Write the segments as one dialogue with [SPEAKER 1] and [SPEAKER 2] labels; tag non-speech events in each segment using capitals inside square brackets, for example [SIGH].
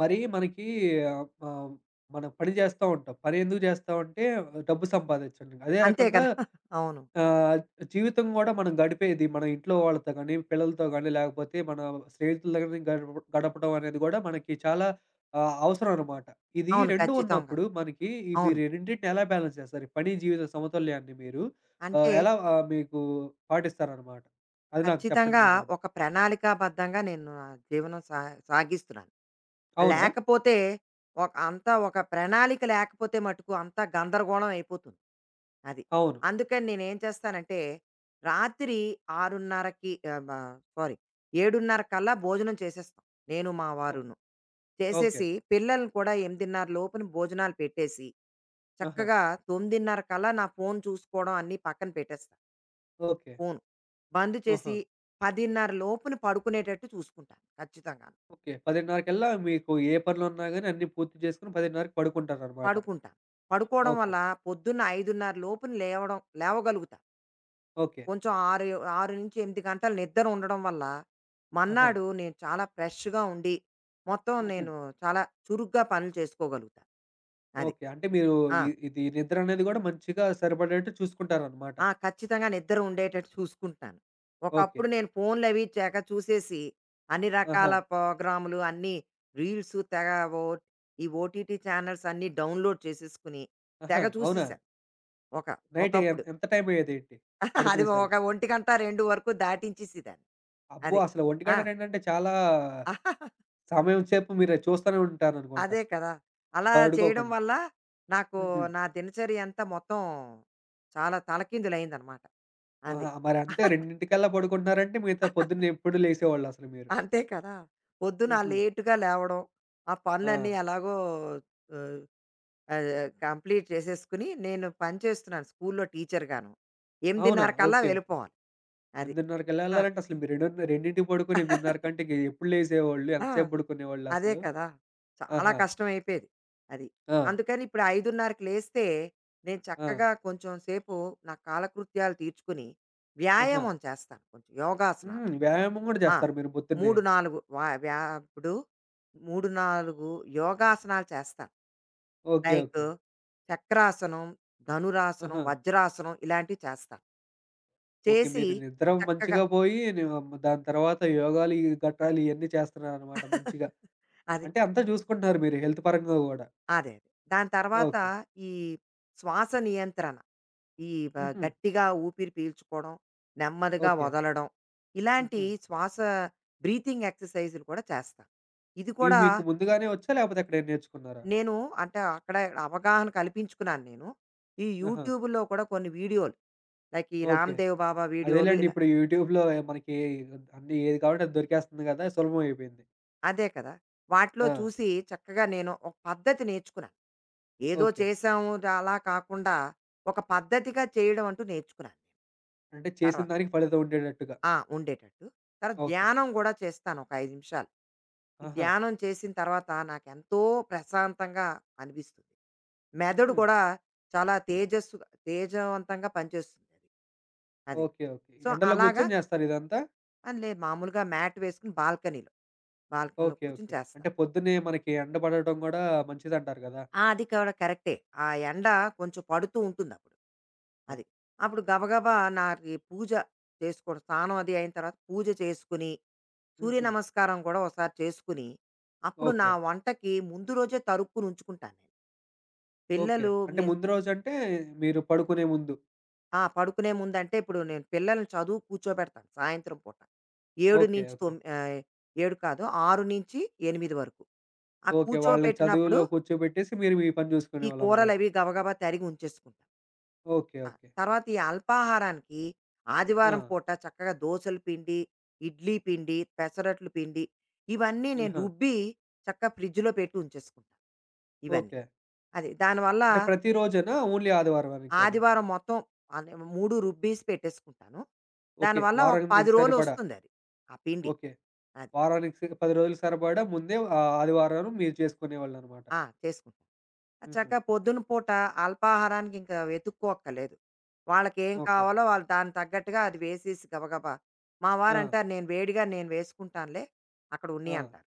[SPEAKER 1] మరి మనకి ఆహ్, ఆహ్, మనం పని జేస్తా ఉంటాం. పని ఎందుకు జేస్తామంటే డబ్బు సంపాదించడానికి. అదే
[SPEAKER 2] అంతే
[SPEAKER 1] రకంగా
[SPEAKER 2] కదా! అవును.
[SPEAKER 1] ఆహ్, జీవితం గూడా మనం గడిపేది మన ఇంట్లో వాళ్ళతో గానీ, పిల్లలతో గానీ, లేకపోతే మన స్నేహితులతో గానీ గడపడం అనేది గూడా మనకి చాలా అవసరం అనమాట. ఇది
[SPEAKER 2] అవును.
[SPEAKER 1] 2
[SPEAKER 2] ఖచ్చితంగా.
[SPEAKER 1] ఉన్నప్పుడు మనకి ఈ మీరు
[SPEAKER 2] అవును.
[SPEAKER 1] ఈ రెండిటిని ఎలా బ్యాలెన్స్ చేస్తారు? ఈ పని, జీవిత సమతుల్యాన్ని మీరు
[SPEAKER 2] అంటే
[SPEAKER 1] ఎలా మీకు పాటిస్తారనమాట? అది నాకు చెప్పండి
[SPEAKER 2] ఖచ్చితంగా
[SPEAKER 1] మీరేమన్నా.
[SPEAKER 2] ఒక ప్రణాళికాబద్ధంగా నేను నా జీవనం సాగిస్తున్నాను.
[SPEAKER 1] అవునా?
[SPEAKER 2] లేకపోతే ఒక ప్రణాళిక లేకపోతే మటుకు అంతా గందరగోళం అయిపోతుంది. అది.
[SPEAKER 1] అవును.
[SPEAKER 2] అందుకని నేనేం చేస్తానంటే, రాత్రి 6:30కి ఆహ్, మ సారీ 7:30 కల్లా భోజనం చేసేస్తాం. నేను, మా
[SPEAKER 1] ఓ,
[SPEAKER 2] వారును.
[SPEAKER 1] ఓకే.
[SPEAKER 2] చేసేసి పిల్లల్ని కూడా 8:30 లోపున భోజనాలు పెట్టేసి,
[SPEAKER 1] ఆహా!
[SPEAKER 2] చక్కగా 9:30 కల్లా నా ఫోను చూసుకోవడం అన్నీ పక్కన పెట్టేస్తా.
[SPEAKER 1] ఓకే.
[SPEAKER 2] ఫోను. బంద్
[SPEAKER 1] ఆహా!
[SPEAKER 2] చేసి 10:30 లోపున పడుకునేటట్టు చూసుకుంటాను ఖచ్చితంగా.
[SPEAKER 1] ఓకే. 10:30కల్లా మీకు ఏ పనులున్నా గాని అన్నీ పూర్తి చేసుకొని 10:30కి పడుకుంటారనమాట.
[SPEAKER 2] పడుకుంటాను. పడుకోవడం
[SPEAKER 1] ఓకే.
[SPEAKER 2] వల్ల పొద్దున్న 5:30 లోపున లేవగలుగుతా.
[SPEAKER 1] ఓకే.
[SPEAKER 2] కొంచెం 6, 6-8 గంటలు నిద్ర ఉండడం వల్ల,
[SPEAKER 1] ఆహా!
[SPEAKER 2] మర్నాడు నేను చాలా ఫ్రెష్‌గా ఉండి, మొత్తం
[SPEAKER 1] హుహు.
[SPEAKER 2] నేను చాలా చురుగ్గా పనులు చేసుకోగలుగుతా. అది.
[SPEAKER 1] ఓకే. అంటే మీరు
[SPEAKER 2] ఆ!
[SPEAKER 1] ఇది నిద్ర అనేది గూడా మంచిగా సరిపడేట్టు చూసుకుంటారనమాట.
[SPEAKER 2] ఆ! ఖచ్చితంగా నిద్ర ఉండేటట్టు చూసుకుంటున్నాను.
[SPEAKER 1] ఓకే.
[SPEAKER 2] ఒకప్పుడు నేను ఫోన్‌లవి తెగ చూసేసి, అన్ని
[SPEAKER 1] ఆహా!
[SPEAKER 2] రకాల ప్రోగ్రాములు, అన్నీ రీల్స్ తెగ ఓ ఈ ఓటీటీ ఛానెల్స్ అన్నీ డౌన్‌లోడ్ చేసేసుకుని,
[SPEAKER 1] ఆహా!
[SPEAKER 2] తెగ
[SPEAKER 1] అవునా?
[SPEAKER 2] చూసేసాను. ఒక
[SPEAKER 1] నైట్ ఎం
[SPEAKER 2] ఒకప్పుడు.
[SPEAKER 1] ఎంత టైం అయ్యేదేంటి
[SPEAKER 2] [LAUGHS] అది ఒక
[SPEAKER 1] పడుకునేసరికి?
[SPEAKER 2] ఒంటి గంట 2 వరకు దాటించేసేదాన్ని.
[SPEAKER 1] అబ్బో!
[SPEAKER 2] అది.
[SPEAKER 1] అసలు
[SPEAKER 2] ఆ!
[SPEAKER 1] 1:00, 2:00 చాలా
[SPEAKER 2] [LAUGHS]
[SPEAKER 1] సమయం సేపు మీరు చూస్తూనే ఉంటారనుకుంటా
[SPEAKER 2] అదే కదా! అలా చేయడం
[SPEAKER 1] పడుకోకుండా.
[SPEAKER 2] వల్ల నాకు
[SPEAKER 1] హుహు.
[SPEAKER 2] నా దినచర్య అంతా మొత్తం చాలా తలకిందులయిందనమాట. అది.
[SPEAKER 1] ఆహా! మరి అంతే
[SPEAKER 2] [LAUGHS]
[SPEAKER 1] 2:00కల్లా పడుకుంటున్నారంటే మిగతా పొద్దున్న ఎప్పుడు లేసేవాళ్ళసలు మీరు?
[SPEAKER 2] అంతే కదా! పొద్దున
[SPEAKER 1] హుహు.
[SPEAKER 2] లేట్‌గా లేవడం, ఆ
[SPEAKER 1] ఆ!
[SPEAKER 2] పనులన్నీ ఎలాగో ఆహ్, ఆహ్, కంప్లీట్ చేసేసుకుని నేను పని చేస్తున్నాను స్కూల్‌లో టీచర్‌గాను.
[SPEAKER 1] అవునా?
[SPEAKER 2] 8:30 కల్లా
[SPEAKER 1] ఓకే. ఓకే.
[SPEAKER 2] వెళ్ళిపోవాలి. అది.
[SPEAKER 1] ఎనిమిదిన్నరకల్లా
[SPEAKER 2] ఆ!
[SPEAKER 1] ఎళ్ళాలంటే అసలు మీరు రెండింటికి పడుకొని 8:30 కంటే
[SPEAKER 2] [LAUGHS]
[SPEAKER 1] ఇంక ఎప్పుడు లేసేవాళ్ళు?
[SPEAKER 2] ఆ!
[SPEAKER 1] ఎంతసేపు
[SPEAKER 2] అదే
[SPEAKER 1] పడుకునేవాళ్ళసలు?
[SPEAKER 2] కదా! చాలా
[SPEAKER 1] ఆహా!
[SPEAKER 2] కష్టమైపోయేది అది.
[SPEAKER 1] ఆ!
[SPEAKER 2] అందుకని ఇప్పుడు 5:30కి లేస్తే, నేను
[SPEAKER 1] ఆ!
[SPEAKER 2] చక్కగా కొంచెం సేపు నా కాలకృత్యాలు తీర్చుకుని,
[SPEAKER 1] ఆహా!
[SPEAKER 2] వ్యాయామం చేస్తాను కొంచెం యోగాసనాలు.
[SPEAKER 1] హ్మ్. వ్యాయామం గూడా
[SPEAKER 2] ఆ!
[SPEAKER 1] జేస్తారు మీరు పొద్దున్నే.
[SPEAKER 2] 3, 4 వ వ్యా ఇప్పుడు 3, 4 యోగాసనాలు చేస్తాను.
[SPEAKER 1] ఓకే.
[SPEAKER 2] Like
[SPEAKER 1] okay.
[SPEAKER 2] చక్రాసనం, ధనురాసనం,
[SPEAKER 1] ఆహా!
[SPEAKER 2] వజ్రాసనం ఇలాంటివి చేస్తాను.
[SPEAKER 1] ఓకే.
[SPEAKER 2] చేసి
[SPEAKER 1] మీరు నిద్ర
[SPEAKER 2] చక్కగా
[SPEAKER 1] మంచిగా పోయి ని దాని తర్వాత యోగాలు ఈ గట్రాలు ఇయన్నీ చేస్తున్నారనమాట
[SPEAKER 2] [LAUGHS] అది.
[SPEAKER 1] మంచిగా. అంటే అంతా జూసుకుంటున్నారు మీరు హెల్త్ పరంగా గూడా.
[SPEAKER 2] అదే. దాని తర్వాత
[SPEAKER 1] ఓకే.
[SPEAKER 2] ఈ శ్వాస నియంత్రణ
[SPEAKER 1] హుహు.
[SPEAKER 2] గట్టిగా ఊపిరి పీల్చుకోవడం నెమ్మదిగా
[SPEAKER 1] ఓకే.
[SPEAKER 2] వదలడం ఇలాంటి
[SPEAKER 1] హుహు.
[SPEAKER 2] శ్వాస బ్రీతింగ్ ఎక్సర్సైజులు కూడా చేస్తాను ఇది
[SPEAKER 1] ఇవి
[SPEAKER 2] కూడా
[SPEAKER 1] మీకు ముందుగానే వచ్చా? లేపోతే ఎక్కడైనా నేర్చుకున్నారా?
[SPEAKER 2] నేను అంటే అక్కడ అవగాహన కల్పించుకున్నాను నేను ఈ
[SPEAKER 1] ఆహా!
[SPEAKER 2] యూట్యూబ్లో కూడా కొన్ని వీడియోలు లైక్ ఈ
[SPEAKER 1] ఓకే.
[SPEAKER 2] రామ్దేవ్ బాబా వీడియోలు
[SPEAKER 1] అదేలెండి.
[SPEAKER 2] ఇలా
[SPEAKER 1] ఇప్పుడు యూట్యూబ్‌లో మనకి అన్నీ ఏది కావాలంటే అది దొరికేస్తుంది గదా! సులభం అయిపోయింది.
[SPEAKER 2] అదే కదా వాటిలో
[SPEAKER 1] ఆ!
[SPEAKER 2] చూసి చక్కగా నేను ఒక పద్ధతి నేర్చుకున్నాను ఏదో
[SPEAKER 1] ఓకే.
[SPEAKER 2] చేసాము అలా కాకుండా ఒక పద్ధతిగా చేయడం అంటూ నేర్చుకున్నాను
[SPEAKER 1] అంటే
[SPEAKER 2] నేను
[SPEAKER 1] చేసిన
[SPEAKER 2] తర్వాత
[SPEAKER 1] దానికి ఫలితం ఉండేటట్టుగా.
[SPEAKER 2] ఆ! ఉండేటట్టు. తర్వాత
[SPEAKER 1] ఓకే.
[SPEAKER 2] ధ్యానం గూడా చేస్తాను ఒక 5 నిమిషాలు. ఈ
[SPEAKER 1] ఆహా!
[SPEAKER 2] ధ్యానం చేసిన తర్వాత నాకెంతో ప్రశాంతంగా అనిపిస్తుంది. మెదడు
[SPEAKER 1] హుహు.
[SPEAKER 2] గూడా చాలా తేజస్సుగా తేజవంతంగా పనిచేస్తుందది. అది. అది
[SPEAKER 1] ఓకే. ఓకే.
[SPEAKER 2] సో,
[SPEAKER 1] ఎండలో
[SPEAKER 2] అలాగా
[SPEAKER 1] కూర్చొని జేస్తారు ఇదంతా?
[SPEAKER 2] ఆహ్, లే మామూలుగా మ్యాట్ వేసుకొని బాల్కనీలో
[SPEAKER 1] ఓకే.
[SPEAKER 2] కూర్చొని
[SPEAKER 1] ఓకే.
[SPEAKER 2] చేస్తా.
[SPEAKER 1] అంటే పొద్దున్నే మనకి ఎండ పడటం గూడా మంచిదంటారు గదా!
[SPEAKER 2] ఆ! అది కూడా కరెక్టే. ఆ ఎండ కొంచెం పడుతూ ఉంటుందప్పుడు. అది. అప్పుడు గబగబా నాకి పూజ చేసుకోవడం, స్నానం అది అయిన తర్వాత పూజ చేసుకుని, సూర్య
[SPEAKER 1] హుహు.
[SPEAKER 2] నమస్కారం కూడా ఒకసారి చేసుకుని, అప్పుడు నా
[SPEAKER 1] ఓకే.
[SPEAKER 2] వంటకి ముందు రోజే తరుక్కుని ఉంచుకుంటాను నేను.
[SPEAKER 1] ఓకే.
[SPEAKER 2] పిల్లలు
[SPEAKER 1] అంటే
[SPEAKER 2] నేను
[SPEAKER 1] ముందు
[SPEAKER 2] స్కూ
[SPEAKER 1] రోజంటే మీరు పడుకునే ముందు.
[SPEAKER 2] ఆ! పడుకునే ముందంటే ఇప్పుడు నేను పిల్లల్ని చదువుకి కూర్చోబెడతాను సాయంత్రం పూట. 7
[SPEAKER 1] ఓకే.
[SPEAKER 2] నుంచి
[SPEAKER 1] ఓకే.
[SPEAKER 2] తొమ్ ఆహ్, 7 కాదు 6-8 వరకు. ఆ
[SPEAKER 1] ఓకే. వాళ్ళకి
[SPEAKER 2] కూర్చోపెట్టినప్పుడు
[SPEAKER 1] చదువులో కూర్చోబెట్టేసి మీరు మీ పని
[SPEAKER 2] ఈ
[SPEAKER 1] జూసుకునేవాళ్ళనమాట.
[SPEAKER 2] కూరలవి గబగబా తరిగి ఉంచేసుకుంటాను.
[SPEAKER 1] ఓకే.
[SPEAKER 2] ఆ!
[SPEAKER 1] ఓకే.
[SPEAKER 2] తర్వాత ఈ అల్పాహారానికి
[SPEAKER 1] ఆ!
[SPEAKER 2] ఆదివారం పూట చక్కగా దోసల పిండి, ఇడ్లీ పిండి, పెసరట్లు పిండి ఇవన్నీ నేను
[SPEAKER 1] ఆహా!
[SPEAKER 2] రుబ్బి చక్కగా ఫ్రిడ్జ్‌లో పెట్టి ఉంచేసుకుంటాను. ఇవన్నీ.
[SPEAKER 1] ఓకే.
[SPEAKER 2] అది దానివల్ల
[SPEAKER 1] అంటే ప్రతిరోజేనా? ఓన్లీ ఆదివారానికేనా?
[SPEAKER 2] ఆదివారం మొత్తం అన్ని 3 రుబ్బీసి పెట్టేసుకుంటాను.
[SPEAKER 1] ఓకే.
[SPEAKER 2] దానివల్ల ఒక
[SPEAKER 1] వారానికి
[SPEAKER 2] 10
[SPEAKER 1] సరిపడా.
[SPEAKER 2] రోజులొస్తుందది. ఆ పిండి.
[SPEAKER 1] ఓకే.
[SPEAKER 2] అది.
[SPEAKER 1] వారానికి స 10 రోజులకు సరిపడా ముందే ఆదివారం మీరు చేసుకునేవాళ్ళనమాట.
[SPEAKER 2] ఆ! చేసుకుంటాను.
[SPEAKER 1] హుహు.
[SPEAKER 2] చక్కగా పొద్దున పూట అల్పాహారానికి ఇంకా వెతుక్కోక్కలేదు. వాళ్ళకేం
[SPEAKER 1] ఓకే.
[SPEAKER 2] కావాలో వాళ్ళు దానికి తగ్గట్టుగా అది వేసేసి గబగబా మా
[SPEAKER 1] ఆ!
[SPEAKER 2] వారంటారు, నేను వేసుకుంటానులే అక్కడ ఉన్ని"
[SPEAKER 1] ఆ!
[SPEAKER 2] అంటారు.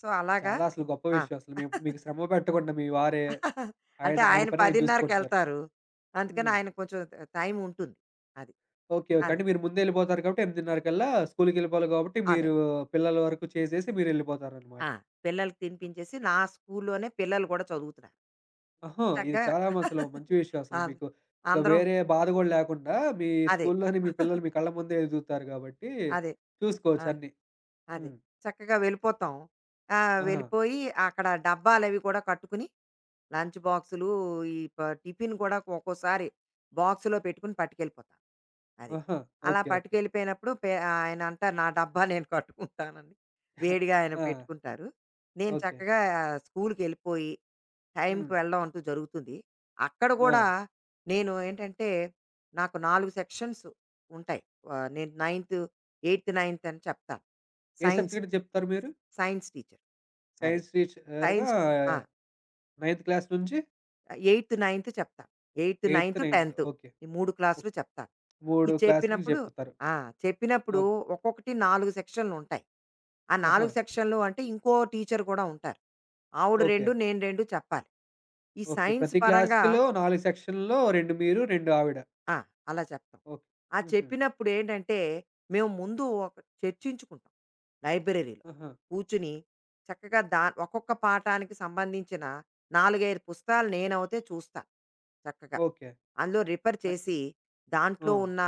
[SPEAKER 2] సో, అలాగా
[SPEAKER 1] చాలా అసలు గొప్ప
[SPEAKER 2] ఆ!
[SPEAKER 1] విషయం అసలు. మీ మీకు శ్రమ పెట్టకుండా మీ వారే
[SPEAKER 2] [LAUGHS] అంటే
[SPEAKER 1] ఆయన ఆయన
[SPEAKER 2] ఆయన
[SPEAKER 1] పని ఆయన చూసుకుంటున్నారు.
[SPEAKER 2] 10:30కెళ్తారు. అందుకని
[SPEAKER 1] హ్మ్.
[SPEAKER 2] ఆయన కొంచెం టైం ఉంటుంది. అది.
[SPEAKER 1] ఓకే. ఓకే.
[SPEAKER 2] అదే.
[SPEAKER 1] అంటే మీరు ముందే ఎళ్ళిపోతారు కాబట్టి 8:30 కల్లా స్కూలుకెళ్ళిపోవాలి కాబట్టి
[SPEAKER 2] అదే.
[SPEAKER 1] మీరు పిల్లల వరకు చేసేసి మీరెళ్ళిపోతారనమాట.
[SPEAKER 2] ఆ! పిల్లలకి తినిపించేసి నా స్కూల్లోనే పిల్లలు కూడా చదువుతున్నారు.
[SPEAKER 1] ఆహా! ఇది
[SPEAKER 2] చక్కగా
[SPEAKER 1] చాలా అసలు మంచి
[SPEAKER 2] [LAUGHS]
[SPEAKER 1] విషయం అసలు.
[SPEAKER 2] ఆ!
[SPEAKER 1] మీకు ఇక
[SPEAKER 2] అందరం
[SPEAKER 1] వేరే బాధ గూడా లేకుండా మీ
[SPEAKER 2] అదే.
[SPEAKER 1] స్కూల్లోనే మీ పిల్లలు మీ కళ్ళ ముందే ఎదుగుతారు గాబట్టి
[SPEAKER 2] అదే. ఆ!
[SPEAKER 1] చూసుకోవచ్చు అన్నీ.
[SPEAKER 2] అది.
[SPEAKER 1] హ్మ్.
[SPEAKER 2] చక్కగా వెళ్ళిపోతాం. ఆ!
[SPEAKER 1] ఆహా!
[SPEAKER 2] వెళ్ళిపోయి అక్కడ డబ్బాలవి కూడా కట్టుకుని, లంచ్ బాక్సులు, ఈ ప టిఫిన్ కూడా ఒక్కోసారి బాక్స్‌లో పెట్టుకుని పట్టుకెళ్ళిపోతాను. అది.
[SPEAKER 1] ఆహా!
[SPEAKER 2] అలా
[SPEAKER 1] ఓకే. ఓకే.
[SPEAKER 2] పట్టుకెళ్ళిపోయినప్పుడు ఆయన అంటారు, "నా డబ్బా నేను కట్టుకుంటానని." వేడిగా ఆయన
[SPEAKER 1] ఆ!
[SPEAKER 2] పెట్టుకుంటారు. నేను
[SPEAKER 1] ఓకే.
[SPEAKER 2] చక్కగా స్కూలుకెళ్ళిపోయి
[SPEAKER 1] హ్మ్.
[SPEAKER 2] టైంకి వెళ్ళడం అంటూ జరుగుతుంది. అక్కడ
[SPEAKER 1] ఆ!
[SPEAKER 2] గూడా నేను ఏంటంటే, నాకు 4 సెక్షన్స్ ఉంటాయి. ఆహ్, నేను నైన్త్, ఎయిత్, నైన్త్ అని చెప్తాను.
[SPEAKER 1] ఏ
[SPEAKER 2] సైన్స్.
[SPEAKER 1] సబ్జెక్ట్ చెప్తారు మీరు?
[SPEAKER 2] Science teacher. అది.
[SPEAKER 1] సైన్స్ టీచర్‌గా
[SPEAKER 2] సైన్స్ టీ ఆ!
[SPEAKER 1] 9థ్ క్లాస్ నుంచి
[SPEAKER 2] ఎయిత్, నైన్త్ చెప్తాను. ఎయిత్,
[SPEAKER 1] 8థ్,
[SPEAKER 2] నైన్త్,
[SPEAKER 1] 9థ్
[SPEAKER 2] 10థ్
[SPEAKER 1] ఓకే.
[SPEAKER 2] ఈ 3
[SPEAKER 1] ఓక్
[SPEAKER 2] క్లాసులు చెప్తాను. ఇది
[SPEAKER 1] 3 క్లాసులకి
[SPEAKER 2] చెప్పినప్పుడు
[SPEAKER 1] చెప్తారు.
[SPEAKER 2] ఆ! చెప్పినప్పుడు
[SPEAKER 1] ఓకే.
[SPEAKER 2] ఒక్కొక్కటి 4 సెక్షన్‌లుంటాయి. ఆ
[SPEAKER 1] ఆహా!
[SPEAKER 2] 4 సెక్షన్‌లు అంటే ఇంకో టీచర్ గూడా ఉంటారు. ఆవిడ
[SPEAKER 1] ఓకే.
[SPEAKER 2] 2 నేను 2 చెప్పాలి. ఈ
[SPEAKER 1] ఓకే.
[SPEAKER 2] సైన్స్
[SPEAKER 1] ప్రతి
[SPEAKER 2] పరంగా
[SPEAKER 1] క్లాస్‌కిలో 4 సెక్షన్‌లో 2 మీరు, 2 ఆవిడ.
[SPEAKER 2] ఆ! అలా చెప్తాం.
[SPEAKER 1] ఓకే.
[SPEAKER 2] ఆ
[SPEAKER 1] హుహు.
[SPEAKER 2] చెప్పినప్పుడు ఏంటంటే, మేము ముందు చర్చించుకుంటాం లైబ్రరీలో.
[SPEAKER 1] ఆహా!
[SPEAKER 2] కూర్చుని చక్కగా ఒక్కొక్క పాఠానికి సంబంధించిన 4, 5 పుస్తకాలు నేనవుతే చూస్తా చక్కగా.
[SPEAKER 1] ఓకే.
[SPEAKER 2] అందులో రిఫర్
[SPEAKER 1] అట్
[SPEAKER 2] చేసి,
[SPEAKER 1] ఆ!
[SPEAKER 2] దాంట్లో ఉన్న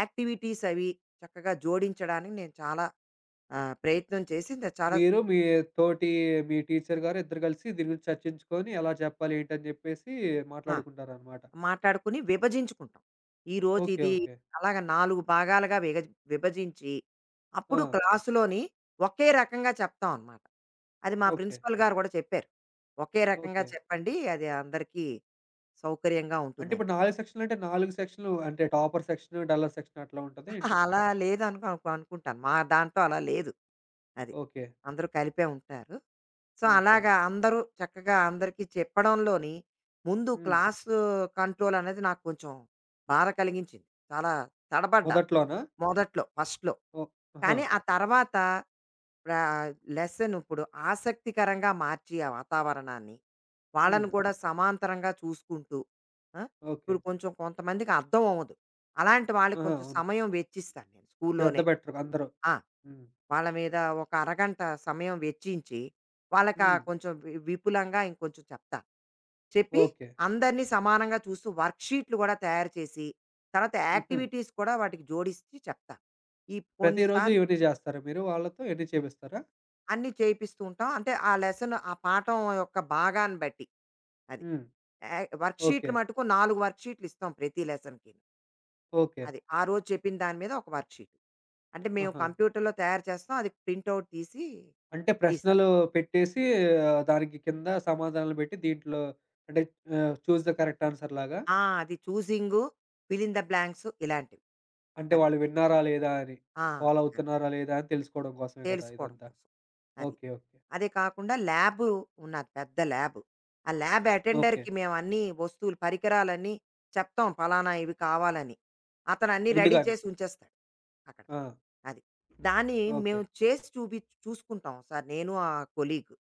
[SPEAKER 2] యాక్టివిటీస్ అవి చక్కగా జోడించడానికి నేను చాలా ప్రయత్నం చేసి నేను చాలా
[SPEAKER 1] మీరు మీ తోటి మీ టీచర్ గారు ఇద్దరు కలిసి దీని గురించి చర్చించుకొని ఎలా చెప్పాలి ఏంటని చెప్పేసి
[SPEAKER 2] ఆ!
[SPEAKER 1] మాట్లాడుకుంటారనమాట.
[SPEAKER 2] మాట్లాడుకుని విభజించుకుంటాం. ఈరోజు
[SPEAKER 1] ఓకే.
[SPEAKER 2] ఇది
[SPEAKER 1] ఓకే.
[SPEAKER 2] అలాగ 4 భాగాలుగా విభజించి,
[SPEAKER 1] ఆ!
[SPEAKER 2] అప్పుడు క్లాసులోని ఒకే రకంగా చెప్తాం అనమాట. అది మా
[SPEAKER 1] ఓకే.
[SPEAKER 2] ప్రిన్సిపల్ గారు కూడా చెప్పారు. ఒకే రకంగా
[SPEAKER 1] ఓకే.
[SPEAKER 2] చెప్పండి. అది అందరికీ సౌకర్యంగా
[SPEAKER 1] అంటే
[SPEAKER 2] ఉంటుందని.
[SPEAKER 1] ఇప్పుడు 4 సెక్షన్‌లు అంటే టాపర్ సెక్షన్, డల్లర్ సెక్షన్ అట్లా ఉంటదా ఏంటి?
[SPEAKER 2] [LAUGHS] అలా లేదనుకో అనుకుంటాను. మా దాంట్లో అలా లేదు. అది.
[SPEAKER 1] ఓకే.
[SPEAKER 2] అందరూ కలిపే ఉంటారు. So,
[SPEAKER 1] okay.
[SPEAKER 2] అలాగా అందరూ చక్కగా అందరికీ చెప్పడంలోని ముందు
[SPEAKER 1] హ్మ్.
[SPEAKER 2] క్లాసు కంట్రోల్ అనేది నాకు కొంచెం బాధ కలిగించింది. చాలా తడబడ్డా
[SPEAKER 1] మొదట్లోనా?
[SPEAKER 2] మొదట్లో, ఫస్ట్‌లో.
[SPEAKER 1] ఓ, ఆహా!
[SPEAKER 2] కానీ ఆ తర్వాత ఆహ్, లెసన్ ఇప్పుడు ఆసక్తికరంగా మార్చి ఆ వాతావరణాన్ని,
[SPEAKER 1] హ్మ్.
[SPEAKER 2] వాళ్ళని కూడా సమాంతరంగా చూసుకుంటూ ఆ!
[SPEAKER 1] ఓకే.
[SPEAKER 2] ఇప్పుడు కొంచెం కొంతమందికి అర్థం అవ్వదు. అలాంటి వాళ్ళకి
[SPEAKER 1] ఆహా!
[SPEAKER 2] కొంచెం
[SPEAKER 1] అవును.
[SPEAKER 2] సమయం వెచ్చిస్తాను నేను
[SPEAKER 1] శ్రద్ధ
[SPEAKER 2] స్కూల్లోనే.
[SPEAKER 1] పెట్టరు అందరూ.
[SPEAKER 2] ఆ!
[SPEAKER 1] హ్మ్.
[SPEAKER 2] వాళ్ళ మీద ఒక అరగంట సమయం వెచ్చించి, వాళ్ళకి ఆ
[SPEAKER 1] హ్మ్.
[SPEAKER 2] కొంచెం విపులంగా ఇంకొంచెం చెప్తా. చెప్పి
[SPEAKER 1] ఓకే.
[SPEAKER 2] అందరిని సమానంగా చూస్తూ వర్క్‌షీట్లు గూడా తయారు చేసి, తర్వాత
[SPEAKER 1] హుహు.
[SPEAKER 2] యాక్టివిటీస్ కూడా వాటికి జోడిచ్చి చెప్తా. ఈ కొన్ని
[SPEAKER 1] ప్రతిరోజు
[SPEAKER 2] సార్లు
[SPEAKER 1] ఇవన్నీ జేస్తారా మీరు వాళ్ళతో? ఇవన్నీ చేపిస్తారా?
[SPEAKER 2] అన్నీ చేపిస్తూ ఉంటాం. అంటే ఆ లెసన్ ఆ పాఠం యొక్క భాగాన్ని బట్టి. అది.
[SPEAKER 1] హ్మ్.
[SPEAKER 2] Yeah
[SPEAKER 1] okay.
[SPEAKER 2] వర్క్‌షీట్లు మటుకు 4 వర్క్‌షీట్లు ఇస్తాం ప్రతి లెసన్‌కి.
[SPEAKER 1] ఓకే.
[SPEAKER 2] అది. ఆ రోజు చెప్పిన దాని మీద ఒక వర్క్‌షీట్. అంటే మేము
[SPEAKER 1] ఆహా!
[SPEAKER 2] కంప్యూటర్‌లో తయారు చేస్తాం. అది ప్రింటౌట్ తీసి
[SPEAKER 1] అంటే
[SPEAKER 2] ఇస్తా.
[SPEAKER 1] ప్రశ్నలు పెట్టేసి దానికి కింద సమాధానాలు పెట్టి దీంట్లో అంటే చూస్ ద కరెక్ట్ ఆన్సర్ లాగా?
[SPEAKER 2] ఆ! అది 'choosing', 'fill in the blanks' ఇలాంటివి.
[SPEAKER 1] అంటే
[SPEAKER 2] అది.
[SPEAKER 1] వాళ్ళు విన్నారా లేదా అని?
[SPEAKER 2] ఆ!
[SPEAKER 1] ఫాలో
[SPEAKER 2] అది కాదు.
[SPEAKER 1] అవుతున్నారా లేదా అని తెలుసుకోవడం కోసమే కదా
[SPEAKER 2] తెలుసుకోవడం
[SPEAKER 1] ఇదంతా.
[SPEAKER 2] కోసం. అది.
[SPEAKER 1] ఓకే. ఓకే.
[SPEAKER 2] అదే కాకుండా ల్యాబు ఉన్నది పెద్ద ల్యాబు. ఆ ల్యాబ్
[SPEAKER 1] ఓకే.
[SPEAKER 2] అటెండర్‌కి మేమన్నీ వస్తువులు, పరికరాలన్నీ చెప్తాం పలానా ఇవి కావాలని. అతను అన్నీ రెడీ
[SPEAKER 1] ముందుగానే.
[SPEAKER 2] చేసి ఉంచేస్తాడు అక్కడ.
[SPEAKER 1] ఆ!
[SPEAKER 2] అది. దాన్ని
[SPEAKER 1] ఓకే.
[SPEAKER 2] మేము చేసి చూసుకుంటాం ఒకసారి నేను, ఆ కొలీగ్.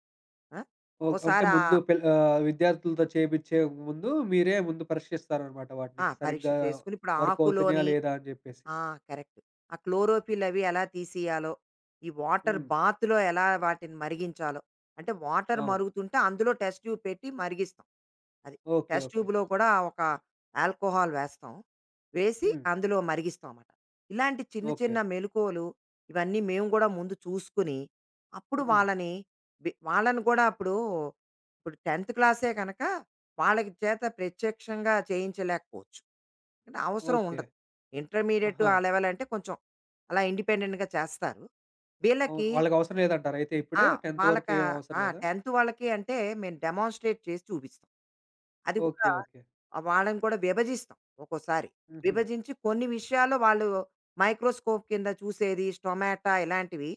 [SPEAKER 2] ఆ!
[SPEAKER 1] ఓ అంటే
[SPEAKER 2] ఓసారి
[SPEAKER 1] ముందు
[SPEAKER 2] ఆహ్,
[SPEAKER 1] పిల్ విద్యార్థులతో చేపిచ్చే ముందు మీరే ముందు పరీక్షిస్తారనమాట వాటిని.
[SPEAKER 2] ఆ! పరీక్ష
[SPEAKER 1] సరిగ్గా
[SPEAKER 2] చేసుకుని ఇప్పుడు
[SPEAKER 1] వర్క్ అవుతున్నాయా
[SPEAKER 2] ఆకులోని
[SPEAKER 1] లేదా అని జెప్పేసి.
[SPEAKER 2] ఆ! కరెక్ట్. ఆ క్లోరోఫిల్ అవి ఎలా తీసియాలో, ఈ వాటర్
[SPEAKER 1] హ్మ్.
[SPEAKER 2] బాత్‌లో ఎలా వాటిని మరిగించాలో, అంటే వాటర్
[SPEAKER 1] అవును.
[SPEAKER 2] మరుగుతుంటే అందులో టెస్ట్ ట్యూబ్ పెట్టి మరిగిస్తాం. అది.
[SPEAKER 1] ఓకే.
[SPEAKER 2] Test
[SPEAKER 1] okay.
[SPEAKER 2] ట్యూబ్‌లో కూడా ఒక ఆల్కహాల్ వేస్తాం. వేసి
[SPEAKER 1] హ్మ్.
[SPEAKER 2] అందులో మరిగిస్తాం మాట. ఇలాంటి చిన్న
[SPEAKER 1] ఓకే.
[SPEAKER 2] చిన్న మెలుకువలు ఇవన్నీ మేము గూడా ముందు చూసుకొని, అప్పుడు
[SPEAKER 1] హ్మ్.
[SPEAKER 2] వాళ్ళని వాళ్ళని కూడా అప్పుడు, ఇప్పుడు 10థ్ క్లాసే కనుక వాళ్ళకి చేత ప్రత్యక్షంగా చేయించలేకపోవచ్చు. అంటే అవసరం
[SPEAKER 1] ఓకే.
[SPEAKER 2] ఉండదు. ఇంటర్మీడియేట్
[SPEAKER 1] ఆహా!
[SPEAKER 2] ఆ లెవెల్ అంటే కొంచెం అలా ఇండిపెండెంట్‌గా చేస్తారు.
[SPEAKER 1] అవును.
[SPEAKER 2] వీళ్ళకి
[SPEAKER 1] వాళ్ళకవసరం లేదంటారా అయితే ఇప్పుడే?
[SPEAKER 2] ఆ!
[SPEAKER 1] 10థ్ వరకు
[SPEAKER 2] వాళ్ళకా
[SPEAKER 1] ఏం అవసరం
[SPEAKER 2] ఆ!
[SPEAKER 1] లేదా?
[SPEAKER 2] 10థ్ వాళ్ళకి అంటే మేము డెమాన్‌స్ట్రేట్ చేసి చూపిస్తాం. అది
[SPEAKER 1] ఓకే.
[SPEAKER 2] కూడా
[SPEAKER 1] ఓకే.
[SPEAKER 2] వాళ్ళని కూడా విభజిస్తాం ఒక్కోసారి.
[SPEAKER 1] హుహు.
[SPEAKER 2] విభజించి కొన్ని విషయాల్లో వాళ్ళు మైక్రోస్కోప్ కింద చూసేది, స్టొమాటా ఇలాంటివి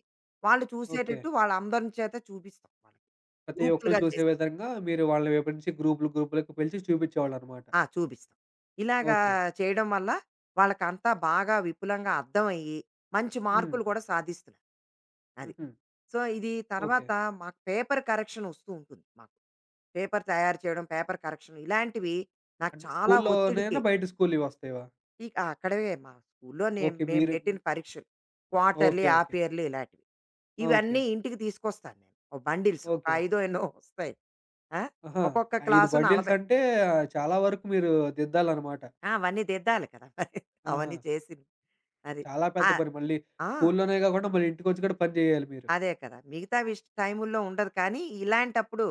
[SPEAKER 2] వాళ్ళు
[SPEAKER 1] ఓకే.
[SPEAKER 2] చూసేటట్టు వాళ్ళందరి చేత చూపిస్తాం వాళ్ళకి.
[SPEAKER 1] ప్రతి ఒక్కళ్ళు
[SPEAKER 2] గ్రూపులుగా
[SPEAKER 1] చూసే
[SPEAKER 2] చేసి.
[SPEAKER 1] విధంగా మీరు వాళ్ళని విభజించి గ్రూపులు, గ్రూపులుగా పిలిచి చూపిచ్చేవాళ్ళనమాట.
[SPEAKER 2] ఆ! చూపిస్తాం. ఇలాగా
[SPEAKER 1] ఓకే.
[SPEAKER 2] చేయడం వల్ల వాళ్ళకంతా బాగా విపులంగా అర్థమయ్యి మంచి
[SPEAKER 1] హ్మ్.
[SPEAKER 2] మార్కులు కూడా సాధిస్తున్నారు. అది.
[SPEAKER 1] హుహు.
[SPEAKER 2] సో, ఇది
[SPEAKER 1] ఓకే.
[SPEAKER 2] తర్వాత మాకు పేపర్ కరెక్షన్ ఒస్తూ ఉంటుంది మాకు. పేపర్ తయారు చేయడం, పేపర్ కరెక్షన్ ఇలాంటివి నాకు
[SPEAKER 1] అంటే
[SPEAKER 2] చాలా ఒత్తిడికి
[SPEAKER 1] స్కూల్లోనేనా? బయట స్కూల్‌వొస్తాయా?
[SPEAKER 2] ఇ అక్కడవే మా స్కూల్‌లో
[SPEAKER 1] ఓకే.
[SPEAKER 2] మేము
[SPEAKER 1] మీరు
[SPEAKER 2] పెట్టిన పరీక్షలు. Quarterly,
[SPEAKER 1] okay. Okay.
[SPEAKER 2] Half yearly ఇలాంటివి.
[SPEAKER 1] ఆ! ఓకే.
[SPEAKER 2] ఇవన్నీ ఇంటికి తీసుకొస్తాను నేను. ఓ బండిల్స్ ఒక
[SPEAKER 1] ఓకే.
[SPEAKER 2] ఐదో ఎన్నో వస్తాయి. ఆ!
[SPEAKER 1] ఆహా!
[SPEAKER 2] ఒక్కొక్క
[SPEAKER 1] 5
[SPEAKER 2] క్లాసు 40
[SPEAKER 1] బండిల్సంటే చాలా వరకు మీరు దిద్దాలనమాట.
[SPEAKER 2] ఆ! అవన్నీ దిద్దాలి కదా! మరి
[SPEAKER 1] ఆహా!
[SPEAKER 2] అవన్నీ చేసి అది.
[SPEAKER 1] చాలా పెద్ద
[SPEAKER 2] ఆహ్,
[SPEAKER 1] పని. మళ్ళీ
[SPEAKER 2] ఆ!
[SPEAKER 1] స్కూల్లోనే గాకుండా మళ్ళీ ఇంటికొచ్చి కూడా పని జేయాలి మీరు.
[SPEAKER 2] అదే కదా! మిగతా టైముల్లో ఉండదు కానీ, ఇలాంటప్పుడు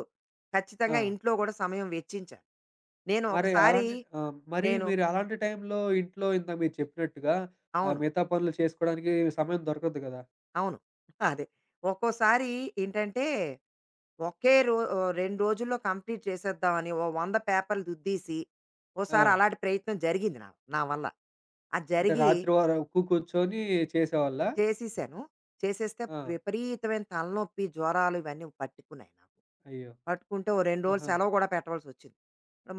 [SPEAKER 1] ఆ!
[SPEAKER 2] ఖచ్చితంగా ఇంట్లో గూడా సమయం వెచ్చించాలి. నేను
[SPEAKER 1] మరి
[SPEAKER 2] ఒకసారి
[SPEAKER 1] అలాంటి మరి
[SPEAKER 2] నేను
[SPEAKER 1] మీరు అలాంటి టైంలో ఇంట్లో ఇందాక మీరు చెప్పినట్టుగా
[SPEAKER 2] అవును.
[SPEAKER 1] మిగతా పనులు చేసుకోవడానికి సమయం దొరకదు కదా!
[SPEAKER 2] అవును. [LAUGHS] అదే. ఒక్కోసారి ఏంటంటే, 2 రోజుల్లో కంప్లీట్ చేసేద్దామని ఓ 100 పేపర్లు దుద్దేసి,
[SPEAKER 1] ఆ!
[SPEAKER 2] ఓసారి అలాంటి ప్రయత్నం జరిగింది నా నా వల్ల. అది
[SPEAKER 1] అంటే
[SPEAKER 2] జరిగి
[SPEAKER 1] రాత్రి వరకు కూర్చొని చేసేవాళ్ళా?
[SPEAKER 2] చేసేసాను. చేసేస్తే
[SPEAKER 1] ఆ!
[SPEAKER 2] విపరీతమైన తలనొప్పి, జ్వరాలు ఇవన్నీ పట్టుకున్నాయి నాకు.
[SPEAKER 1] అయ్యో!
[SPEAKER 2] పట్టుకుంటే ఓ 2 రోజులు
[SPEAKER 1] ఆహా!
[SPEAKER 2] సెలవు కూడా పెట్టవలసొచ్చింది.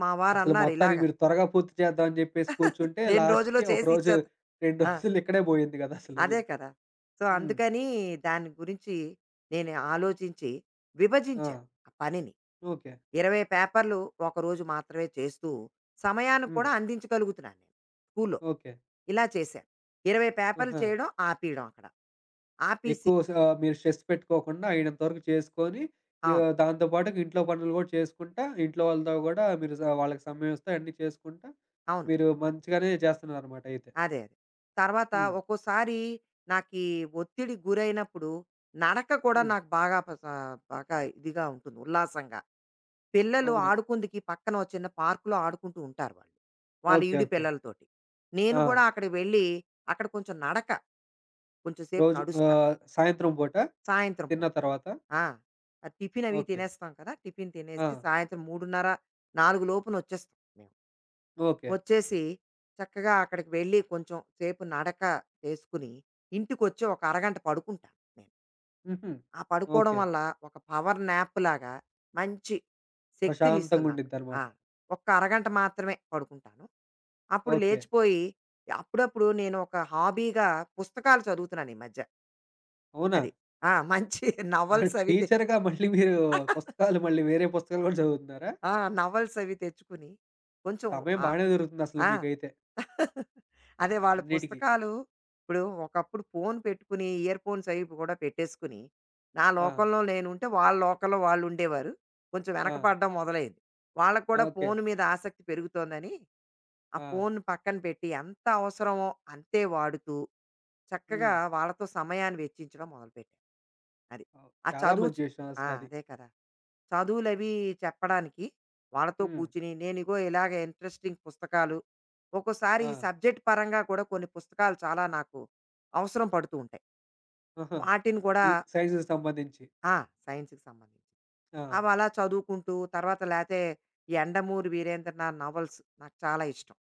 [SPEAKER 2] మా
[SPEAKER 1] అసలు
[SPEAKER 2] వారన్నారు
[SPEAKER 1] మొత్తానికి
[SPEAKER 2] ఇలాగ
[SPEAKER 1] మీరు త్వరగా పూర్తి చేద్దాం అని చెప్పేసి కూర్చుంటే
[SPEAKER 2] 2 [LAUGHS]
[SPEAKER 1] లాస్ట్‌కి
[SPEAKER 2] రోజుల్లో
[SPEAKER 1] ఒక
[SPEAKER 2] చేసి
[SPEAKER 1] రోజు
[SPEAKER 2] ఇచ్చేద్దాం
[SPEAKER 1] 2
[SPEAKER 2] ఆ!
[SPEAKER 1] రోజులు ఇక్కడే పోయింది కదా! అసలు
[SPEAKER 2] అదే
[SPEAKER 1] మీరు.
[SPEAKER 2] కదా! సో,
[SPEAKER 1] హ్మ్.
[SPEAKER 2] అందుకని దాని గురించి నేను ఆలోచించి
[SPEAKER 1] ఆ!
[SPEAKER 2] విభజించాను ఆ పనిని.
[SPEAKER 1] ఓకే.
[SPEAKER 2] 20 పేపర్‌లు ఒకరోజు మాత్రమే చేస్తూ, సమయాన్ని
[SPEAKER 1] హ్మ్.
[SPEAKER 2] కూడా అందించగలుగుతున్నాను నేను స్కూల్‌లో.
[SPEAKER 1] ఓకే.
[SPEAKER 2] ఇలా చేశాను. 20 పేపర్‌లు
[SPEAKER 1] ఆహా!
[SPEAKER 2] చేయడం ఆపీయడం అక్కడ. ఆపేసి
[SPEAKER 1] ఎక్కువ స ఆ, మీరు స్ట్రెస్ పెట్టుకోకుండా అయినంత వరకు చేసుకొని,
[SPEAKER 2] అవును.
[SPEAKER 1] దాంతో పాటుగా ఇంట్లో పనులు గూడా చేసుకుంటా, ఇంట్లో వాళ్ళతో గూడా మీరు స వాళ్ళకి సమయమిస్తూ అన్నీ చేసుకుంటా,
[SPEAKER 2] అవును.
[SPEAKER 1] మీరు మంచిగానే చేస్తున్నారనమాట అయితే.
[SPEAKER 2] అదే. అదే. తర్వాత
[SPEAKER 1] హ్మ్.
[SPEAKER 2] ఒక్కోసారి నాకీ ఒత్తిడి గురైనప్పుడు నడక కూడా
[SPEAKER 1] హ్మ్.
[SPEAKER 2] నాకు బాగా బాగా ఇదిగా ఉంటుంది. ఉల్లాసంగా. పిల్లలు
[SPEAKER 1] అవునా?
[SPEAKER 2] ఆడుకుందుకి పక్కన ఓ చిన్న పార్కులో ఆడుకుంటూ ఉంటారు వాళ్ళు. వాళ్ళ
[SPEAKER 1] ఓకే.
[SPEAKER 2] ఈడు
[SPEAKER 1] ఓకే.
[SPEAKER 2] పిల్లలతోటి. నేను
[SPEAKER 1] ఆ!
[SPEAKER 2] గూడా అక్కడికి వెళ్ళి, అక్కడ కొంచెం నడక, కొంచెం సేపు
[SPEAKER 1] రోజు
[SPEAKER 2] నడుస్తా
[SPEAKER 1] సాయంత్రం పూట
[SPEAKER 2] సాయంత్రం
[SPEAKER 1] తిన్న
[SPEAKER 2] పూట.
[SPEAKER 1] తర్వాత?
[SPEAKER 2] ఆ! ఆ టిఫిన్ అవి
[SPEAKER 1] ఓకే.
[SPEAKER 2] తినేస్తాం కదా! టిఫిన్
[SPEAKER 1] ఆ!
[SPEAKER 2] తినేసి సాయంత్రం 3:30, 4 లోపునొచ్చేస్తాం మేము.
[SPEAKER 1] ఓకే.
[SPEAKER 2] వచ్చేసి చక్కగా అక్కడికి వెళ్ళి కొంచెం సేపు నడక చేసుకుని, ఇంటికొచ్చి ఒక అరగంట పడుకుంటాను నేను.
[SPEAKER 1] హుహు.
[SPEAKER 2] ఆ పడుకోవడం
[SPEAKER 1] ఓకే.
[SPEAKER 2] వల్ల ఒక పవర్ నాప్ లాగా మంచి
[SPEAKER 1] ప్రశాంతంగా
[SPEAKER 2] శక్తినిస్తుంది నాకు. ఆ!
[SPEAKER 1] ఉండిద్దనమాట.
[SPEAKER 2] ఒక్క అరగంట మాత్రమే పడుకుంటాను. అప్పుడు
[SPEAKER 1] ఓకే.
[SPEAKER 2] లేచిపోయి అప్పుడప్పుడు నేను ఒక హాబీగా పుస్తకాలు చదువుతున్నాను ఈ మధ్య.
[SPEAKER 1] అవునా?
[SPEAKER 2] అది. ఆ! మంచి [LAUGHS] నవల్స్
[SPEAKER 1] [LAUGHS]
[SPEAKER 2] అవి తెచ్చు
[SPEAKER 1] టీచర్‌గా మళ్ళీ మీరు
[SPEAKER 2] [LAUGHS]
[SPEAKER 1] పుస్తకాలు మళ్ళీ వేరే పుస్తకాలు గూడా చదువుతున్నారా?
[SPEAKER 2] ఆ! నవల్స్ అవి తెచ్చుకుని కొంచెం
[SPEAKER 1] సమయం
[SPEAKER 2] ఆ!
[SPEAKER 1] బానే దొరుకుతుంది అసలు
[SPEAKER 2] ఆ!
[SPEAKER 1] మీకైతే.
[SPEAKER 2] అదే వాళ్ళ
[SPEAKER 1] అన్నిటికి.
[SPEAKER 2] పుస్తకాలు ఇప్పుడు ఒకప్పుడు ఫోన్ పెట్టుకుని ఇయర్ ఫోన్స్ అవి కూడా పెట్టేసుకుని నా
[SPEAKER 1] ఆ!
[SPEAKER 2] లోకంలో నేను ఉంటే వాళ్ళ లోకంలో వాళ్ళు ఉండేవారు కొంచెం
[SPEAKER 1] ఆ!
[SPEAKER 2] వెనకపడడం మొదలైంది వాళ్ళకు కూడా
[SPEAKER 1] ఓకే.
[SPEAKER 2] ఫోన్ మీద ఆసక్తి పెరుగుతోందని ఆ
[SPEAKER 1] ఆ!
[SPEAKER 2] ఫోన్ పక్కన పెట్టి ఎంత అవసరమో అంతే వాడుతూ చక్కగా
[SPEAKER 1] హ్మ్.
[SPEAKER 2] వాళ్ళతో సమయాన్ని వెచ్చించడం మొదలుపెట్టాను అది
[SPEAKER 1] అవ్
[SPEAKER 2] ఆ
[SPEAKER 1] చాలా
[SPEAKER 2] చదువు
[SPEAKER 1] మంచి
[SPEAKER 2] చ-
[SPEAKER 1] విషయం
[SPEAKER 2] ఆ,
[SPEAKER 1] అసలది.
[SPEAKER 2] అదే కదా చదువులవి చెప్పడానికి వాళ్ళతో
[SPEAKER 1] హ్మ్.
[SPEAKER 2] కూర్చుని నేనిగో ఇలాగ ఇంట్రెస్టింగ్ పుస్తకాలు ఒక్కోసారి
[SPEAKER 1] ఆ!
[SPEAKER 2] సబ్జెక్ట్ పరంగా కూడా కొన్ని పుస్తకాలు చాలా నాకు అవసరం పడుతూ ఉంటాయి.
[SPEAKER 1] ఆహా!
[SPEAKER 2] వాటిని కూడా
[SPEAKER 1] ఈ సైన్స్‌కి సంబంధించి.
[SPEAKER 2] ఆ! సైన్స్‌కి సంబంధించి.
[SPEAKER 1] ఆ!
[SPEAKER 2] అవి అలా చదువుకుంటూ తర్వాత లేతే ఈ 'యండమూరి వీరేంద్రనాథ్' నవల్స్ నాకు చాలా ఇష్టం.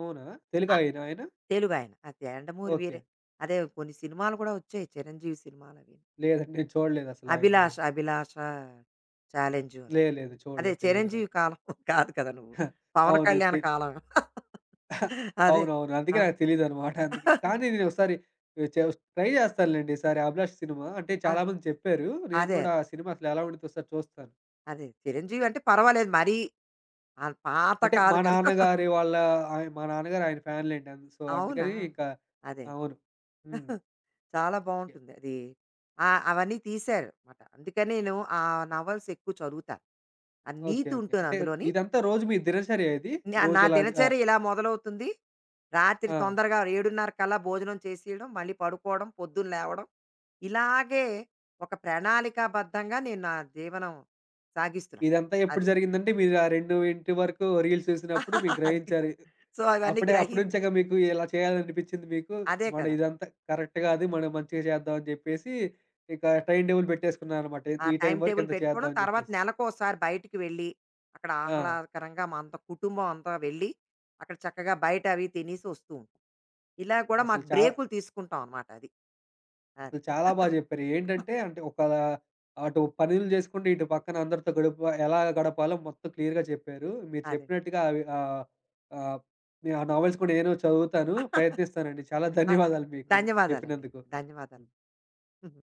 [SPEAKER 1] అవునా? తెలుగా ఆయన ఆయన?
[SPEAKER 2] తెలుగాయన. అది 'యండమూరి
[SPEAKER 1] ఓకే.
[SPEAKER 2] వీరే' అదే కొన్ని సినిమాలు కూడా వచ్చాయి 'చిరంజీవి' సినిమాలవి.
[SPEAKER 1] లేదండి. నేను చూడలేదసల ఆయనవి.
[SPEAKER 2] అభిలాష, 'అభిలాష ఛాలెంజు'
[SPEAKER 1] లేదు. లేదు.
[SPEAKER 2] అదే
[SPEAKER 1] చూడలేదు. తెలీదు
[SPEAKER 2] చిరంజీవి
[SPEAKER 1] నాకు.
[SPEAKER 2] కాలం [LAUGHS] కాదు కదా నువ్వు.
[SPEAKER 1] [LAUGHS]
[SPEAKER 2] పవన్
[SPEAKER 1] అవును.
[SPEAKER 2] కళ్యాణ్
[SPEAKER 1] తె
[SPEAKER 2] కాలం. [LAUGHS] అదే.
[SPEAKER 1] అవునవును.
[SPEAKER 2] ఆ!
[SPEAKER 1] అందుకే నాకు తెలీదనమాట. అందుకే. కానీ నేనొకసారి చే ట్రై చేస్తానులెండి ఈసారి 'అభిలాష్' సినిమా. అంటే
[SPEAKER 2] ఆ!
[SPEAKER 1] చాలా మంది చెప్పారు. నేను
[SPEAKER 2] అదే.
[SPEAKER 1] గూడా
[SPEAKER 2] అదే.
[SPEAKER 1] ఆ సినిమా అసలెలా ఉండిద్దో ఒకసారి చూస్తాను.
[SPEAKER 2] అదే. చిరంజీవి అంటే పర్వాలేదు మరీ పాత
[SPEAKER 1] అంటే మా
[SPEAKER 2] కాదు కదా!
[SPEAKER 1] నాన్నగారి
[SPEAKER 2] [LAUGHS]
[SPEAKER 1] వాళ్ళ ఆయ మా నాన్నగారు ఆయన ఫ్యాన్‌లెండి. అన్ సో,
[SPEAKER 2] అవునా?
[SPEAKER 1] అందుకని ఇంకా
[SPEAKER 2] అదే.
[SPEAKER 1] అవును. హ్మ్.
[SPEAKER 2] [LAUGHS] చాలా
[SPEAKER 1] ఓకే.
[SPEAKER 2] బావుంటుంది అది. ఆహ్, అవన్నీ తీశారు మాట. అందుకని నేను ఆ నవల్స్ ఎక్కువ చదువుతాను. ఆ
[SPEAKER 1] ఓకే.
[SPEAKER 2] నీతి
[SPEAKER 1] ఓకే.
[SPEAKER 2] ఉంటుంది
[SPEAKER 1] అంటే
[SPEAKER 2] అందులోని.
[SPEAKER 1] ఇదంతా రోజు మీ దినచర్య ఇది?
[SPEAKER 2] నా
[SPEAKER 1] రోజు
[SPEAKER 2] నా
[SPEAKER 1] ఇలా జ ఆహ్,
[SPEAKER 2] దినచర్య ఇలా మొదలవుతుంది. రాత్రి
[SPEAKER 1] ఆ!
[SPEAKER 2] తొందరగా 7:30 కల్లా భోజనం చేసేయడం, మళ్ళీ పడుకోవడం, పొద్దున్న లేవడం. ఇలాగే ఒక ప్రణాళికాబద్ధంగా నేను నా జీవనం సాగిస్తున్నాను.
[SPEAKER 1] ఇదంతా ఎప్పుడు
[SPEAKER 2] అది.
[SPEAKER 1] జరిగిందంటే మీరు ఆ 2 వరకు రీల్స్ చూసినప్పుడు మీరు
[SPEAKER 2] [LAUGHS] అది.
[SPEAKER 1] గ్రహించారు.
[SPEAKER 2] సో, అవన్నీ
[SPEAKER 1] అప్పుడే
[SPEAKER 2] గ్రహి
[SPEAKER 1] అప్పటి నుంచే ఇక మీకు ఇలా చేయాలనిపించింది మీకు.
[SPEAKER 2] అదే
[SPEAKER 1] మన
[SPEAKER 2] కదా!
[SPEAKER 1] ఇదంతా కరెక్ట్ కాదు. మనం మంచిగా చేద్దాం అని చెప్పేసి ఇక టైమ్ టేబుల్ పెట్టేసుకున్నారనమాట.
[SPEAKER 2] ఆ
[SPEAKER 1] ఈ టైం
[SPEAKER 2] టైమ్
[SPEAKER 1] వరకు
[SPEAKER 2] టేబుల్
[SPEAKER 1] ఇంత చేద్దాం
[SPEAKER 2] పెట్టుకోవడం.
[SPEAKER 1] అని
[SPEAKER 2] తర్వాత
[SPEAKER 1] చెప్పేసి.
[SPEAKER 2] నెలకోసారి బయటికి వెళ్ళి, అక్కడ
[SPEAKER 1] ఆ!
[SPEAKER 2] ఆహ్లాదకరంగా మా అంతా కుటుంబం అంతా వెళ్ళి, అక్కడ చక్కగా బయట అవి తినేసి వస్తూ ఉంటాం. ఇలా కూడా
[SPEAKER 1] అసలు
[SPEAKER 2] మాకు
[SPEAKER 1] చా
[SPEAKER 2] బ్రేకులు తీసుకుంటాం అనమాట అది.
[SPEAKER 1] అసలు
[SPEAKER 2] అది.
[SPEAKER 1] చాలా బాగా చెప్పారు. ఏంటంటే
[SPEAKER 2] [LAUGHS]
[SPEAKER 1] అంటే ఒక అటు పనులు చేసుకుంటూ, ఇటు పక్కన అందరితో గడుపు ఎలా గడపాలో మొత్తం క్లియర్‌గా చెప్పారు. మీరు
[SPEAKER 2] అదే.
[SPEAKER 1] చెప్పినట్టుగా అవి ఆహ్, ఆ నావెల్స్ కూడా నేను చదువుతాను. ప్రయత్నిస్తానండి. చాలా
[SPEAKER 2] అదే.
[SPEAKER 1] ధన్యవాదాలు మీకు
[SPEAKER 2] ధన్యవాదాలండి.
[SPEAKER 1] చెప్పినందుకు.
[SPEAKER 2] ధన్యవాదాలు.